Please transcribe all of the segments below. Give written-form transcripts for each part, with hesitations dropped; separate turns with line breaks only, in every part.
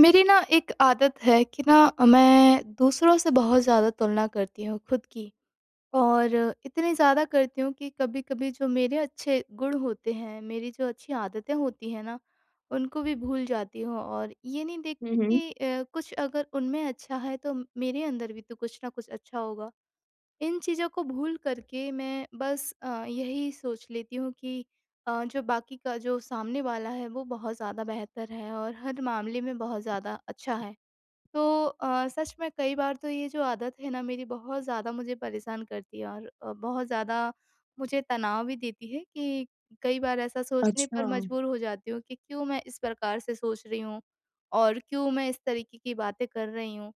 मेरी ना एक आदत है कि ना मैं दूसरों से बहुत ज़्यादा तुलना करती हूँ खुद की और इतनी ज़्यादा करती हूँ कि कभी-कभी जो मेरे अच्छे गुण होते हैं, मेरी जो अच्छी आदतें होती हैं ना, उनको भी भूल जाती हूँ और ये नहीं
हुँ,
देखती
हुँ।
कि कुछ अगर उनमें अच्छा है तो मेरे अंदर भी तो कुछ ना कुछ अच्छा होगा। इन चीज़ों को भूल करके मैं बस यही सोच लेती हूँ कि जो बाकी का जो सामने वाला है वो बहुत ज़्यादा बेहतर है और हर मामले में बहुत ज़्यादा अच्छा है। तो सच में कई बार तो ये जो आदत है ना मेरी बहुत ज़्यादा मुझे परेशान करती है और बहुत ज़्यादा मुझे तनाव भी देती है कि कई बार ऐसा सोचने पर
अच्छा।
मजबूर हो जाती हूँ कि क्यों मैं इस प्रकार से सोच रही हूँ और क्यों मैं इस तरीके की बातें कर रही हूँ।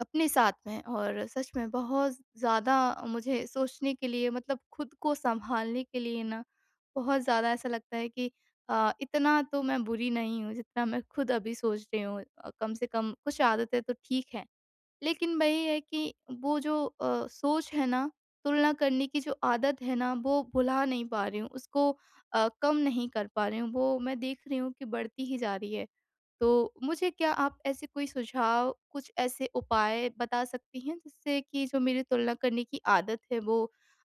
अपने साथ में और सच में बहुत ज़्यादा मुझे सोचने के लिए मतलब खुद को सँभालने के लिए ना बहुत ज़्यादा ऐसा लगता है कि इतना तो मैं बुरी नहीं हूँ जितना मैं खुद अभी सोच रही हूँ। कम से कम कुछ आदतें तो ठीक हैं। लेकिन वही है कि वो जो सोच है ना, तुलना करने की जो आदत है ना, वो भुला नहीं पा रही हूँ, उसको कम नहीं कर पा रही हूँ, वो मैं देख रही हूँ कि बढ़ती ही जा रही है। तो मुझे क्या आप ऐसे कोई सुझाव, कुछ ऐसे उपाय बता सकती हैं जिससे कि जो मेरी तुलना करने की आदत है वो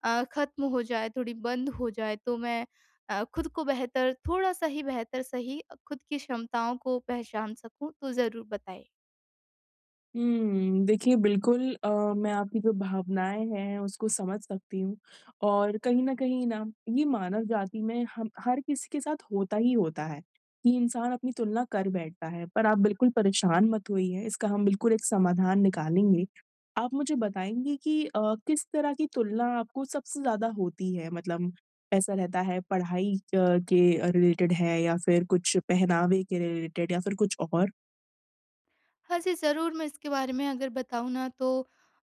ख़त्म हो जाए, थोड़ी बंद हो जाए तो मैं खुद को बेहतर थोड़ा-सा ही बेहतर सही खुद की क्षमताओं को पहचान सकूँ? तो ज़रूर बताएँ।
देखिए बिल्कुल मैं आपकी जो भावनाएँ हैं उसको समझ सकती हूँ और कहीं न कहीं ना ये मानव जाति में हम हर किसी के साथ होता ही होता है कि इंसान अपनी तुलना कर बैठता है। पर आप बिल्कुल परेशान मत होइए, इसका हम बिल्कुल एक समाधान निकालेंगे। आप मुझे बताएँगे कि किस तरह की तुलना आपको सबसे ज़्यादा होती है? मतलब ऐसा रहता है पढ़ाई के रिलेटेड है या फिर कुछ पहनावे के रिलेटेड या फिर कुछ और?
हाँ जी, ज़रूर मैं इसके बारे में अगर बताऊँ ना तो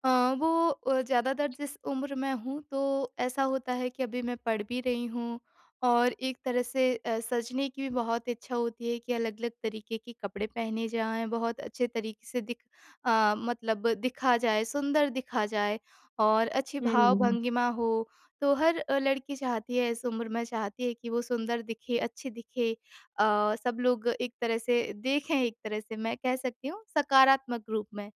अ, वो ज़्यादातर जिस उम्र में हूँ तो ऐसा होता है कि अभी मैं पढ़ भी रही हूँ और एक तरह से सजने की भी बहुत इच्छा होती है कि अलग-अलग तरीके के कपड़े पहने जाएँ, बहुत अच्छे तरीके से मतलब दिखा जाए, सुंदर दिखा जाए और अच्छी
हुँ,
भाव-भंगिमा हो। तो हर लड़की चाहती है इस उम्र में चाहती है कि वो सुंदर दिखे, अच्छी दिखे। सब लोग एक तरह से देखें एक तरह से मैं कह सकती हूँ सकारात्मक रूप में।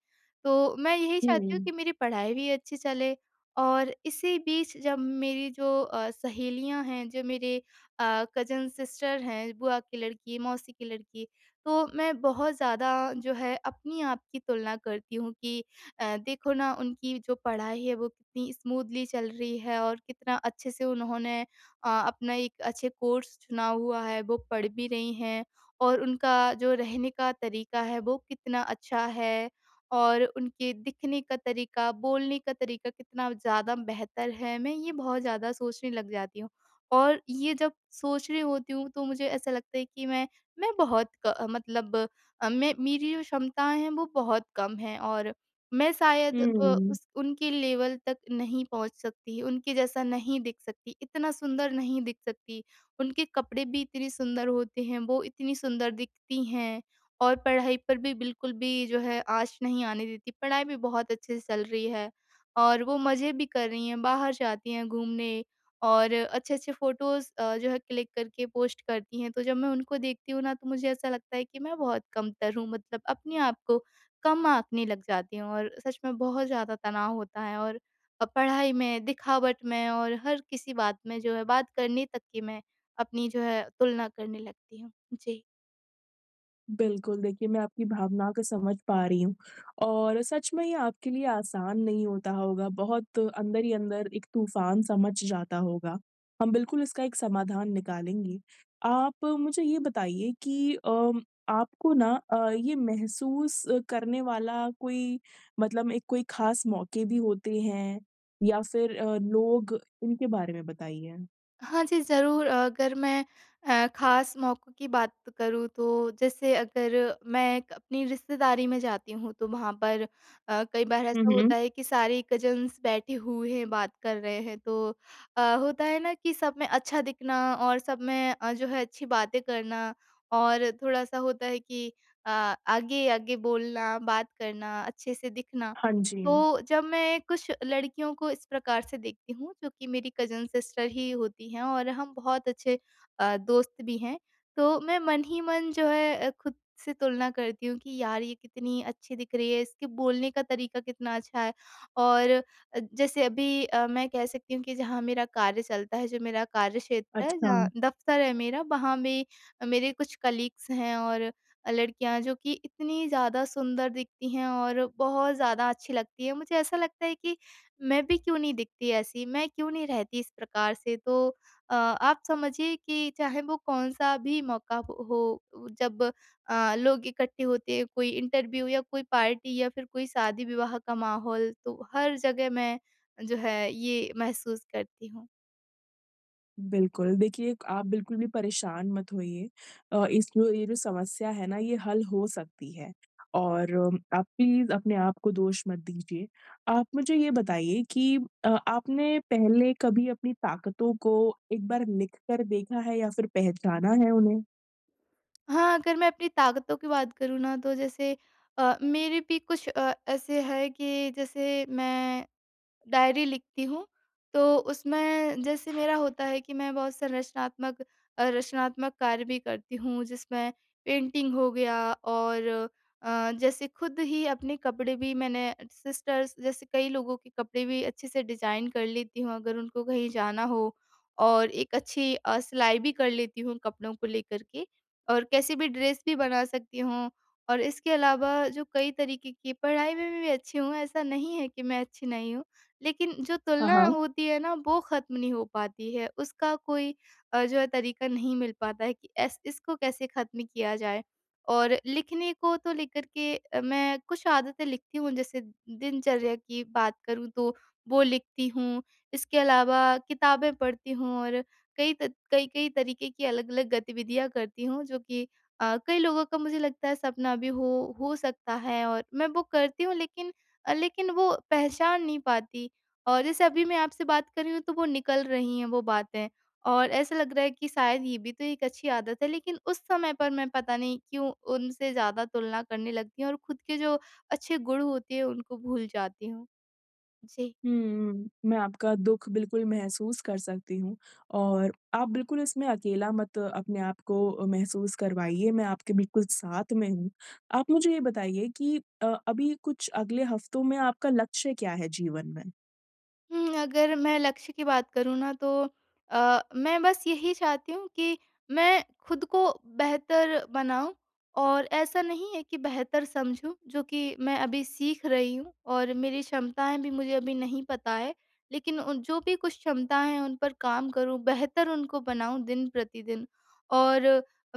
तो मैं यही चाहती हूँ
हुँ,
कि मेरी पढ़ाई भी अच्छी चले और इसी बीच जब मेरी जो सहेलियाँ हैं, जो मेरे कज़न सिस्टर हैं, बुआ की लड़की, मौसी की लड़की, तो मैं बहुत ज़्यादा जो है अपनी आप की तुलना करती हूँ कि देखो ना उनकी जो पढ़ाई है वो कितनी स्मूथली चल रही है और कितना अच्छे से उन्होंने अपना एक अच्छे कोर्स चुना हुआ है, वो पढ़ भी रही हैं और उनका जो रहने का तरीका है वो कितना अच्छा है और उनके दिखने का तरीका, बोलने का तरीका कितना ज़्यादा बेहतर है, मैं ये बहुत ज़्यादा सोचने लग जाती हूँ। और ये जब सोच रही होती हूँ तो मुझे ऐसा लगता है कि मैं बहुत क मतलब मैं मेरी जो क्षमताएँ हैं वो बहुत कम हैं और मैं शायद
हुँ।
उस उनके लेवल तक नहीं पहुँच सकती, उनके जैसा नहीं दिख सकती, इतना सुंदर नहीं दिख सकती। उनके कपड़े भी इतने सुंदर होते हैं, वो इतनी सुंदर दिखती हैं और पढ़ाई पर भी बिल्कुल भी जो है आँच नहीं आने देती। पढ़ाई भी बहुत अच्छे से चल रही है और वो मज़े भी कर रही हैं, बाहर जाती हैं घूमने और अच्छे-अच्छे फ़ोटोज़ जो है क्लिक करके पोस्ट करती हैं। तो जब मैं उनको देखती हूँ ना, तो मुझे ऐसा लगता है कि मैं बहुत कमतर हूँ, मतलब अपने आप को कम आँकने लग जाती हूँ और सच में बहुत ज़्यादा तनाव होता है और पढ़ाई में, दिखावट में और हर किसी बात में जो है बात करने तक की मैं अपनी जो है तुलना करने लगती हूँ। जी।
बिल्कुल, देखिए मैं आपकी भावनाओं को समझ पा रही हूँ और सच में ये आपके लिए आसान नहीं होता होगा, बहुत अंदर ही अंदर एक तूफ़ान सा मच जाता होगा। हम बिल्कुल इसका एक समाधान निकालेंगे। आप मुझे ये बताइए कि आपको ना ये महसूस करने वाला कोई मतलब एक कोई ख़ास मौके भी होते हैं या फिर लोग, इनके बारे में बताइए?
हाँ जी, ज़रूर अगर मैं ख़ास मौकों की बात करूँ तो जैसे अगर मैं क अपनी रिश्तेदारी में जाती हूँ तो वहाँ पर कई बार
हुँ,
ऐसा
हुँ।
होता है कि सारे कज़िन्स बैठे हुए हैं, बात कर रहे हैं तो होता है ना कि सब में अच्छा दिखना और सब में जो है अच्छी बातें करना और थोड़ा-सा होता है कि अ, आगे-आगे बोलना, बात करना, अच्छे से दिखना।
हाँ जी।
तो जब मैं कुछ लड़कियों को इस प्रकार से देखती हूँ जो कि मेरी कज़न सिस्टर ही होती हैं और हम बहुत अच्छे दोस्त भी हैं। तो मैं मन ही मन जो है खुद से तुलना करती हूँ कि यार ये कितनी अच्छी दिख रही है, इसके बोलने का तरीका कितना अच्छा है। और जैसे अभी मैं कह सकती हूँ कि जहाँ मेरा कार्य चलता है, जो मेरा कार्यक्षेत्र है,
अच्छा।
जहाँ दफ़्तर है मेरा, वहाँ में मेरे कुछ कलीग्स हैं और लड़कियाँ जो कि इतनी ज़्यादा सुंदर दिखती हैं और बहुत ज़्यादा अच्छी लगती हैं। मुझे ऐसा लगता है कि मैं भी क्यों नहीं दिखती ऐसी, मैं क्यों नहीं रहती इस प्रकार से। तो आप समझिए कि चाहे वो कौन-सा भी मौका हो, जब लोग इकट्ठे होते हैं, कोई इंटरव्यू या कोई पार्टी या फिर कोई शादी-विवाह का माहौल, तो हर जगह मैं जो है ये महसूस करती हूँ।
बिल्कुल, देखिए आप बिल्कुल भी परेशान मत होइए। इस जो ये जो समस्या है ना ये हल हो सकती है और आप प्लीज़ अपने आप को दोष मत दीजिए। आप मुझे ये बताइए कि आपने पहले कभी अपनी ताकतों को एक बार लिख कर देखा है या फिर पहचाना है उन्हें?
हाँ, अगर मैं अपनी ताकतों की बात करूँ ना तो जैसे मेरे भी कुछ ऐसे है कि जैसे मैं डायरी लिखती हूँ, तो उसमें जैसे मेरा होता है कि मैं बहुत रचनात्मक कार्य भी करती हूँ, जिसमें पेंटिंग हो गया और जैसे खुद ही अपने कपड़े भी मैंने सिस्टर्स जैसे कई लोगों के कपड़े भी अच्छे से डिज़ाइन कर लेती हूँ, अगर उनको कहीं जाना हो और एक अच्छी सिलाई भी कर लेती हूँ कपड़ों को लेकर के और कैसी भी ड्रेस भी बना सकती हूँ और इसके अलावा जो कई तरीके की पढ़ाई में भी मैं अच्छी हूँ, ऐसा नहीं है कि मैं अच्छी नहीं हूँ। लेकिन जो
हाँ,
तुलना
हाँ।
होती है ना वो ख़त्म नहीं हो पाती है, उसका कोई जो है तरीका नहीं मिल पाता है कि एस इसको कैसे ख़त्म किया जाए। और लिखने को तो लेकर के मैं कुछ आदतें लिखती हूँ जैसे दिनचर्या की बात करूँ तो वो लिखती हूँ, इसके अलावा किताबें पढ़ती हूँ और कई त कई-कई तरीके की अलग-अलग गतिविधियाँ करती हूँ जो कि कई लोगों का मुझे लगता है सपना भी हो सकता है और मैं वो करती हूँ लेकिन लेकिन वो पहचान नहीं पाती और जैसे अभी मैं आपसे बात कर रही हूँ तो वो निकल रही हैं वो बातें और ऐसा लग रहा है कि शायद ये भी तो एक अच्छी आदत है लेकिन उस समय पर मैं पता नहीं क्यों उनसे ज़्यादा तुलना करने लगती हूँ और खुद के जो अच्छे गुण होते हैं उनको भूल जाती हूँ। जी।
हुँ, हुँ। मैं आपका दुःख बिल्कुल महसूस कर सकती हूँ और आप बिल्कुल इसमें अकेला मत अपने आप को महसूस करवाइए, मैं आपके बिल्कुल साथ में हूँ। आप मुझे ये बताइए कि अभी कुछ अगले हफ्तों में आपका लक्ष्य क्या है जीवन में?
हुँ, अगर मैं लक्ष्य की बात करूँ ना तो मैं बस यही चाहती हूँ कि मैं खुद को बेहतर बनाऊँ और ऐसा नहीं है कि बेहतर समझूँ जो कि मैं अभी सीख रही हूँ और मेरी क्षमताएँ भी मुझे अभी नहीं पता है। लेकिन उन जो भी कुछ क्षमताएँ हैं उन पर काम करूँ, बेहतर उनको बनाऊँ दिन-प्रतिदिन। और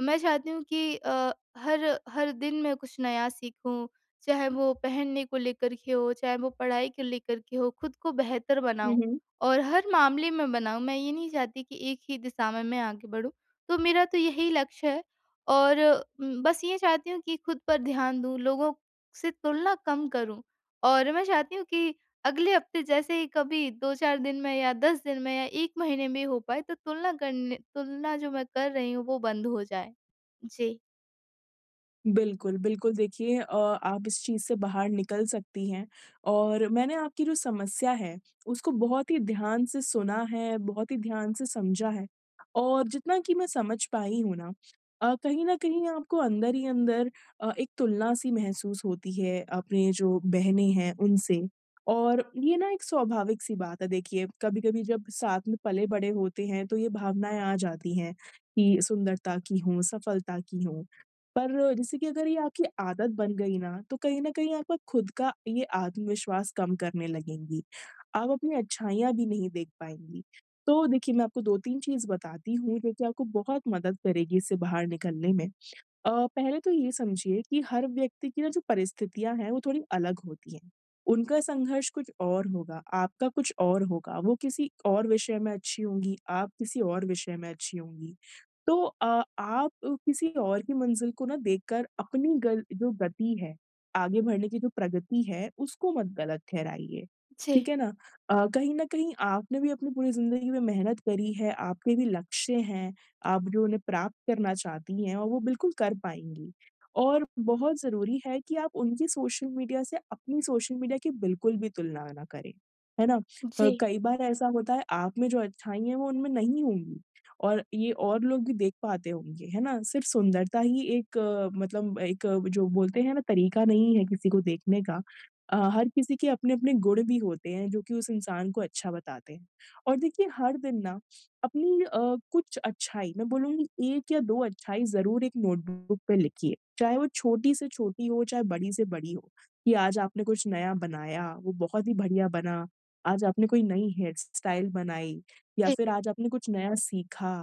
मैं चाहती हूँ कि हर हर दिन मैं कुछ नया सीखूँ चाहे वो पहनने को लेकर के हो, चाहे वो पढ़ाई को लेकर के हो, खुद को बेहतर
हुँ,
बनाऊँ
हुँ।
और हर मामले में बनाऊँ। मैं ये नहीं चाहती कि एक ही दिशा में मैं आगे बढ़ूँ। तो मेरा तो यही लक्ष्य है और बस ये चाहती हूँ कि खुद पर ध्यान दूँ, लोगों से तुलना कम करूँ और मैं चाहती हूँ कि अगले हफ्ते जैसे ही कभी 2-4 दिन में या 10 दिन में या 1 महीने में हो पाए तो तुलना जो मैं कर रही हूँ वो बंद हो जाए। जी।
बिल्कुल, बिल्कुल देखिए आप इस चीज़ से बाहर निकल सकती हैं और मैंने आपकी जो समस्या है, उसको बहुत ही ध्यान से सुना है, बहुत ही ध्यान से समझा है और जितना कि मैं समझ पाई हूँ ना कहीं न कहीं आपको अंदर ही अंदर एक तुलना सी महसूस होती है अपने जो बहनें हैं उनसे और ये ना एक स्वाभाविक सी बात है देखिए, कभी-कभी जब साथ में पले-बड़े होते हैं तो ये भावनाएँ आ जाती हैं कि सुंदरता की हों, सफलता की हों। पर जैसे कि अगर ये आपकी आदत बन गई ना, तो कहीं न कहीं आपका खुद का ये आत्मविश्वास कम करने लगेंगी। आप अपनी अच्छाइयाँ भी नहीं देख पाएँगी। तो देखिए, मैं आपको 2-3 चीज़ बताती हूँ जो कि आपको बहुत मदद करेगी इससे बाहर निकलने में। अ, पहले तो ये समझिए कि हर व्यक्ति की ना जो परिस्थितियां हैं वो थोड़ी अलग होती हैं। उनका संघर्ष कुछ और होगा, आपका कुछ और होगा। वो किसी और विषय में अच्छी होंगी, आप किसी और विषय में अच्छी होंगी। तो आप किसी और की मंजिल को ना देखकर अपनी गल जो गति है, आगे बढ़ने की जो प्रगति है, उसको मत गलत ठहराइए।
जी,
ठीक है ना? कहीं न कहीं आपने भी अपनी पूरी ज़िंदगी में मेहनत करी है, आपके भी लक्ष्य हैं। आप जो उन्हें प्राप्त करना चाहती हैं और वो बिल्कुल कर पाएँगी। और बहुत ज़रूरी है कि आप उनकी सोशल मीडिया से अपनी सोशल मीडिया की बिल्कुल भी तुलना ना करें, है ना?
जी,
कई बार ऐसा होता है आप में जो अच्छाई है वो उनमें नहीं होंगी और ये और लोग भी देख पाते होंगे, है ना? सिर्फ़ सुंदरता ही एक मतलब एक जो बोलते हैं ना तरीका नहीं है किसी को देखने का। हर किसी के अपने-अपने गुण भी होते हैं जो कि उस इंसान को अच्छा बताते हैं। और देखिए हर दिन ना अपनी कुछ अच्छाई मैं बोलूँगी 1 या 2 अच्छाई ज़रूर एक नोटबुक पे लिखिए। चाहे वो छोटी से छोटी हो, चाहे बड़ी से बड़ी हो, कि आज आपने कुछ नया बनाया, वो बहुत ही बढ़िया बना। आज आपने कोई नई हेयर स्टाइल बनाई या
जी।
फिर आज आपने कुछ नया सीखा।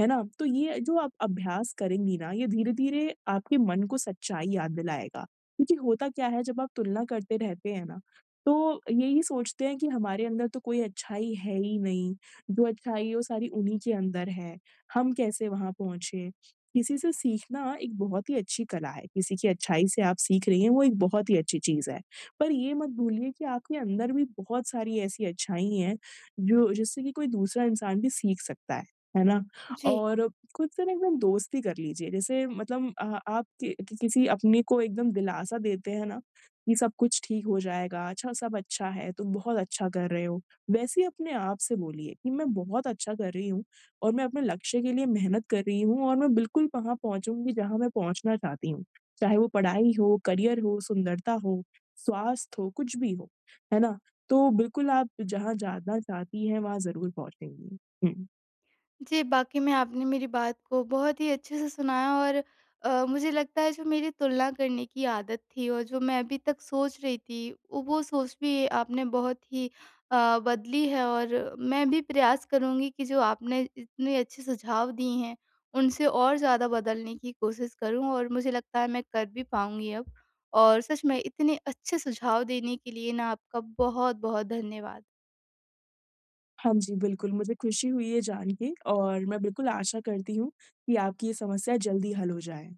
है ना? तो ये जो आप अभ्यास करेंगी ना, ये धीरे-धीरे आपके मन को सच्चाई याद दिलाएगा। क्योंकि होता क्या है जब आप तुलना करते रहते हैं ना, तो यही सोचते हैं कि हमारे अंदर तो कोई अच्छाई है ही नहीं, जो अच्छाई है वो सारी उन्हीं के अंदर है, हम कैसे वहाँ पहुँचे? किसी से सीखना एक बहुत ही अच्छी कला है, किसी की अच्छाई से आप सीख रही हैं वो एक बहुत ही अच्छी चीज़ है। पर ये मत भूलिए कि आपके अंदर भी बहुत सारी ऐसी अच्छाई हैं, जो जिससे कि कोई दूसरा इंसान भी सीख सकता है ना?
जी।
और खुद से ना एकदम दोस्ती कर लीजिए जैसे मतलब आप कि किसी अपने को एकदम दिलासा देते हैं ना कि सब कुछ ठीक हो जाएगा, अच्छा सब अच्छा है, तुम बहुत अच्छा कर रहे हो। वैसे ही अपने आप से बोलिए कि मैं बहुत अच्छा कर रही हूँ और मैं अपने लक्ष्य के लिए मेहनत कर रही हूँ और मैं बिल्कुल वहाँ पहुँचूँगी जहाँ मैं पहुँचना चाहती हूँ। चाहे वो पढ़ाई हो, करियर हो, सुंदरता हो, स्वास्थ्य हो, कुछ भी हो। है ना? तो बिल्कुल आप जहाँ जाना चाहती हैं, वहाँ ज़रूर पहुँचेंगी। हुँ।
जी, वाक़ई में आपने मेरी बात को बहुत ही अच्छे से सुनाया और मुझे लगता है जो मेरी तुलना करने की आदत थी और जो मैं अभी तक सोच रही थी, वो सोच भी आपने बहुत ही बदली है और मैं भी प्रयास करूँगी कि जो आपने इतने अच्छे सुझाव दिए हैं, उनसे और ज़्यादा बदलने की कोशिश करूँ और मुझे लगता है मैं कर भी पाऊँगी अब। और सच में इतने अच्छे सुझाव देने के लिए ना आपका बहुत-बहुत धन्यवाद।
हाँ जी, बिल्कुल, मुझे खुशी हुई है जान के और मैं बिल्कुल आशा करती हूँ कि आपकी ये समस्या जल्दी हल हो जाए।